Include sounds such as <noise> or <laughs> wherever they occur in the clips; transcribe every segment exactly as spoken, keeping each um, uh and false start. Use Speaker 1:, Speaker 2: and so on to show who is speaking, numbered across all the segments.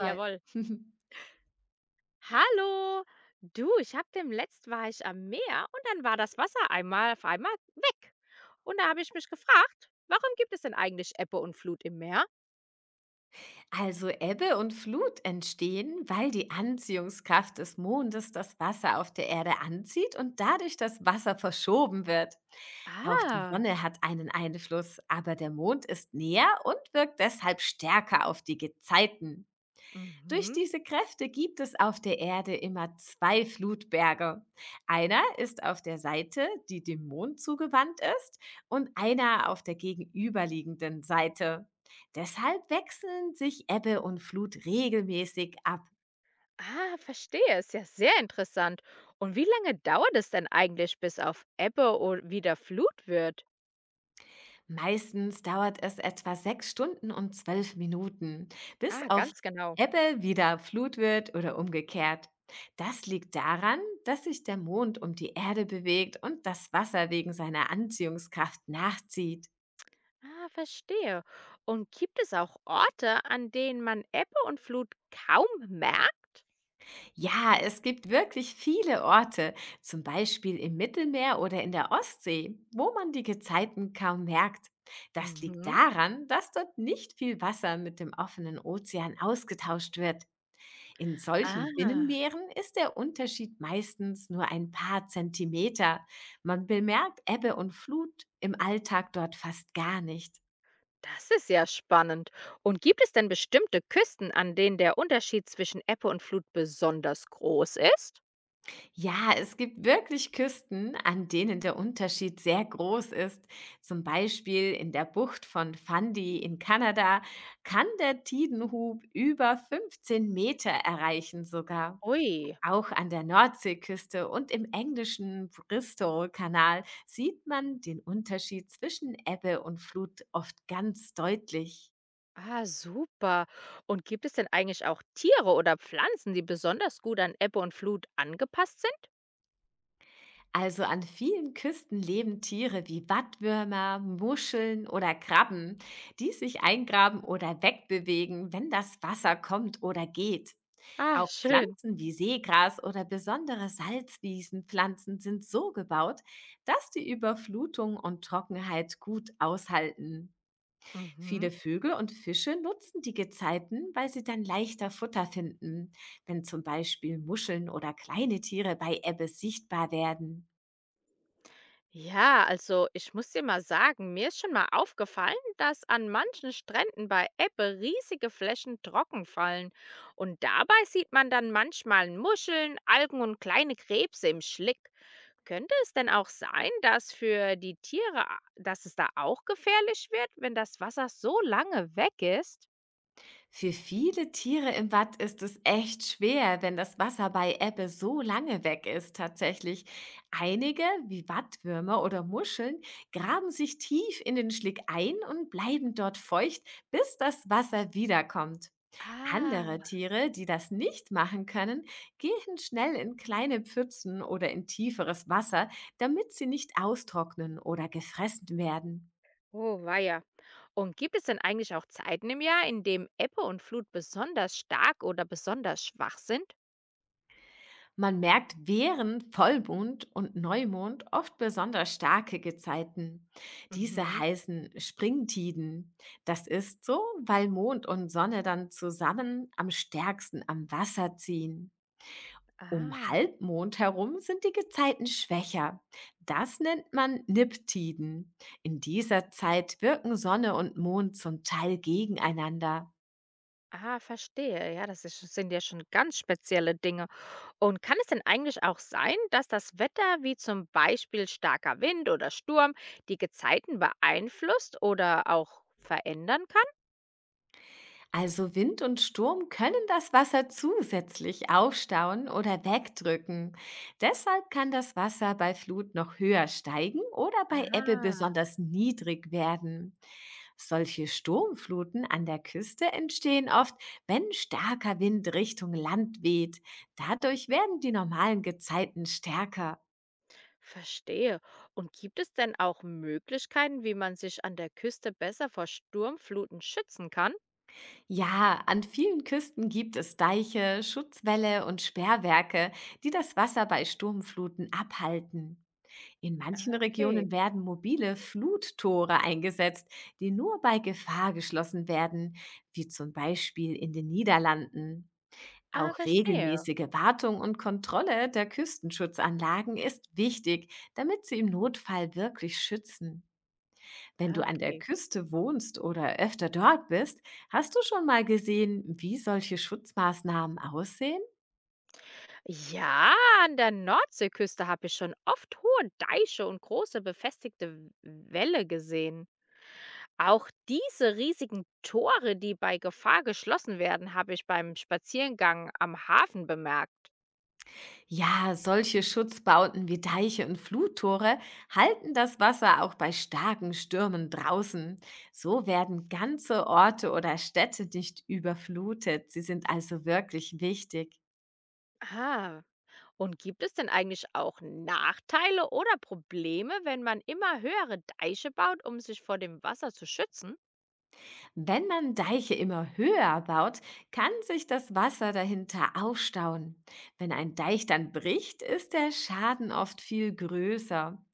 Speaker 1: Fall.
Speaker 2: Jawohl.
Speaker 1: <laughs>
Speaker 2: Hallo. Du, ich hab dem demletzt war ich am Meer und dann war das Wasser einmal auf einmal weg. Und da habe ich mich gefragt, warum gibt es denn eigentlich Ebbe und Flut im Meer?
Speaker 1: Also Ebbe und Flut entstehen, weil die Anziehungskraft des Mondes das Wasser auf der Erde anzieht und dadurch das Wasser verschoben wird. Auch die
Speaker 2: Ah,
Speaker 1: Sonne hat einen Einfluss, aber der Mond ist näher und wirkt deshalb stärker auf die Gezeiten. Durch
Speaker 2: mhm.
Speaker 1: diese Kräfte gibt es auf der Erde immer zwei Flutberge. Einer ist auf der Seite, die dem Mond zugewandt ist, und einer auf der gegenüberliegenden Seite. Deshalb wechseln sich Ebbe und Flut regelmäßig ab.
Speaker 2: Ah, verstehe. Ist ja sehr interessant. Und wie lange dauert es denn eigentlich, bis auf Ebbe und wieder Flut wird?
Speaker 1: Meistens dauert es etwa sechs Stunden und zwölf Minuten, bis
Speaker 2: Ah,
Speaker 1: auf
Speaker 2: ganz genau.
Speaker 1: Ebbe wieder Flut wird oder umgekehrt. Das liegt daran, dass sich der Mond um die Erde bewegt und das Wasser wegen seiner Anziehungskraft nachzieht.
Speaker 2: Ah, verstehe. Und gibt es auch Orte, an denen man Ebbe und Flut kaum merkt?
Speaker 1: Ja, es gibt wirklich viele Orte, zum Beispiel im Mittelmeer oder in der Ostsee, wo man die Gezeiten kaum merkt. Das liegt
Speaker 2: Mhm.
Speaker 1: daran, dass dort nicht viel Wasser mit dem offenen Ozean ausgetauscht wird. In solchen
Speaker 2: Ah.
Speaker 1: Binnenmeeren ist der Unterschied meistens nur ein paar Zentimeter. Man bemerkt Ebbe und Flut im Alltag dort fast gar nicht.
Speaker 2: Das ist ja spannend. Und gibt es denn bestimmte Küsten, an denen der Unterschied zwischen Ebbe und Flut besonders groß ist?
Speaker 1: Ja, es gibt wirklich Küsten, an denen der Unterschied sehr groß ist. Zum Beispiel in der Bucht von Fundy in Kanada kann der Tidenhub über fünfzehn Meter erreichen sogar.
Speaker 2: Ui,
Speaker 1: Auch an der Nordseeküste und im englischen Bristol-Kanal sieht man den Unterschied zwischen Ebbe und Flut oft ganz deutlich.
Speaker 2: ah, super. Und gibt es denn eigentlich auch Tiere oder Pflanzen, die besonders gut an Ebbe und Flut angepasst sind?
Speaker 1: Also an vielen Küsten leben Tiere wie Wattwürmer, Muscheln oder Krabben, die sich eingraben oder wegbewegen, wenn das Wasser kommt oder geht.
Speaker 2: Ah,
Speaker 1: Auch
Speaker 2: schön.
Speaker 1: Pflanzen wie Seegras oder besondere Salzwiesenpflanzen sind so gebaut, dass die Überflutung und Trockenheit gut aushalten.
Speaker 2: Mhm.
Speaker 1: Viele Vögel und Fische nutzen die Gezeiten, weil sie dann leichter Futter finden, wenn zum Beispiel Muscheln oder kleine Tiere bei Ebbe sichtbar werden.
Speaker 2: Ja, also ich muss dir mal sagen, mir ist schon mal aufgefallen, dass an manchen Stränden bei Ebbe riesige Flächen trocken fallen. Und dabei sieht man dann manchmal Muscheln, Algen und kleine Krebse im Schlick. Könnte es denn auch sein, dass für die Tiere, a- dass es da auch gefährlich wird, wenn das Wasser so lange weg ist?
Speaker 1: Für viele Tiere im Watt ist es echt schwer, wenn das Wasser bei Ebbe so lange weg ist tatsächlich. Einige, wie Wattwürmer oder Muscheln, graben sich tief in den Schlick ein und bleiben dort feucht, bis das Wasser wiederkommt.
Speaker 2: Ah,
Speaker 1: Andere Tiere, die das nicht machen können, gehen schnell in kleine Pfützen oder in tieferes Wasser, damit sie nicht austrocknen oder gefressen werden.
Speaker 2: oh weia. Und gibt es denn eigentlich auch Zeiten im Jahr, in dem Ebbe und Flut besonders stark oder besonders schwach sind?
Speaker 1: Man merkt während Vollmond und Neumond oft besonders starke Gezeiten. Diese
Speaker 2: Mhm.
Speaker 1: heißen Springtiden. Das ist so, weil Mond und Sonne dann zusammen am stärksten am Wasser ziehen. Um
Speaker 2: Ah,
Speaker 1: Halbmond herum sind die Gezeiten schwächer. Das nennt man Niptiden. In dieser Zeit wirken Sonne und Mond zum Teil gegeneinander.
Speaker 2: ah, verstehe. Ja, das ist, sind ja schon ganz spezielle Dinge. Und kann es denn eigentlich auch sein, dass das Wetter, wie zum Beispiel starker Wind oder Sturm, die Gezeiten beeinflusst oder auch verändern kann?
Speaker 1: Also Wind und Sturm können das Wasser zusätzlich aufstauen oder wegdrücken. Deshalb kann das Wasser bei Flut noch höher steigen oder bei Ebbe
Speaker 2: Aha,
Speaker 1: besonders niedrig werden. Solche Sturmfluten an der Küste entstehen oft, wenn starker Wind Richtung Land weht. Dadurch werden die normalen Gezeiten stärker.
Speaker 2: verstehe. Und gibt es denn auch Möglichkeiten, wie man sich an der Küste besser vor Sturmfluten schützen kann?
Speaker 1: Ja, an vielen Küsten gibt es Deiche, Schutzwälle und Sperrwerke, die das Wasser bei Sturmfluten abhalten. In manchen
Speaker 2: Ah, okay.
Speaker 1: Regionen werden mobile Fluttore eingesetzt, die nur bei Gefahr geschlossen werden, wie zum Beispiel in den Niederlanden.
Speaker 2: Ah,
Speaker 1: Auch
Speaker 2: verstehe.
Speaker 1: regelmäßige Wartung und Kontrolle der Küstenschutzanlagen ist wichtig, damit sie im Notfall wirklich schützen. Wenn
Speaker 2: Ah,
Speaker 1: du an der
Speaker 2: okay.
Speaker 1: Küste wohnst oder öfter dort bist, hast du schon mal gesehen, wie solche Schutzmaßnahmen aussehen?
Speaker 2: Ja, an der Nordseeküste habe ich schon oft hohe Deiche und große befestigte W- Wälle gesehen. Auch diese riesigen Tore, die bei Gefahr geschlossen werden, habe ich beim Spaziergang am Hafen bemerkt.
Speaker 1: Ja, solche Schutzbauten wie Deiche und Fluttore halten das Wasser auch bei starken Stürmen draußen. So werden ganze Orte oder Städte nicht überflutet. Sie sind also wirklich wichtig.
Speaker 2: Ah, und gibt es denn eigentlich auch Nachteile oder Probleme, wenn man immer höhere Deiche baut, um sich vor dem Wasser zu schützen?
Speaker 1: Wenn man Deiche immer höher baut, kann sich das Wasser dahinter aufstauen. Wenn ein Deich dann bricht, ist der Schaden oft viel größer.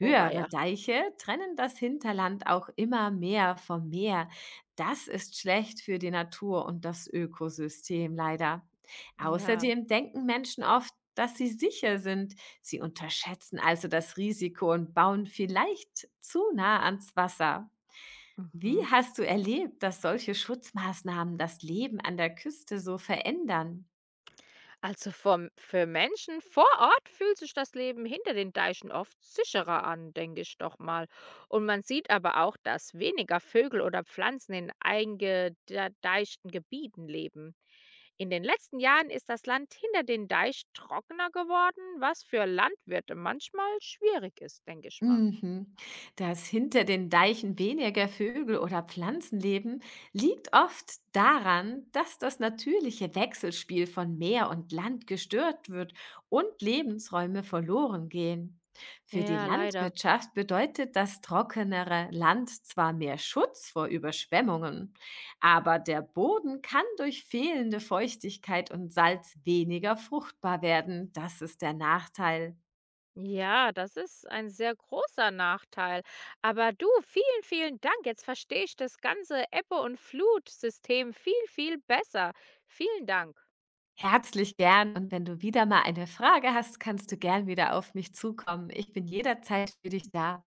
Speaker 2: Oh, war ja.
Speaker 1: Deiche trennen das Hinterland auch immer mehr vom Meer. Das ist schlecht für die Natur und das Ökosystem leider.
Speaker 2: Ja.
Speaker 1: Außerdem denken Menschen oft, dass sie sicher sind. Sie unterschätzen also das Risiko und bauen vielleicht zu nah ans Wasser. Wie
Speaker 2: Mhm.
Speaker 1: hast du erlebt, dass solche Schutzmaßnahmen das Leben an der Küste so verändern?
Speaker 2: Also vom, für Menschen vor Ort fühlt sich das Leben hinter den Deichen oft sicherer an, denke ich doch mal. Und man sieht aber auch, dass weniger Vögel oder Pflanzen in eingedeichten Gebieten leben. In den letzten Jahren ist das Land hinter den Deich trockener geworden, was für Landwirte manchmal schwierig ist, denke ich mal.
Speaker 1: Mhm. Dass hinter den Deichen weniger Vögel oder Pflanzen leben, liegt oft daran, dass das natürliche Wechselspiel von Meer und Land gestört wird und Lebensräume verloren gehen. Für die
Speaker 2: Ja, leider.
Speaker 1: Landwirtschaft bedeutet das trockenere Land zwar mehr Schutz vor Überschwemmungen, aber der Boden kann durch fehlende Feuchtigkeit und Salz weniger fruchtbar werden. Das ist der Nachteil.
Speaker 2: Ja, das ist ein sehr großer Nachteil. Aber du, vielen, vielen Dank. Jetzt verstehe ich das ganze Ebbe- und Flut-System viel, viel besser. Vielen Dank.
Speaker 1: Herzlich gern. Und wenn du wieder mal eine Frage hast, kannst du gern wieder auf mich zukommen. Ich bin jederzeit für dich da.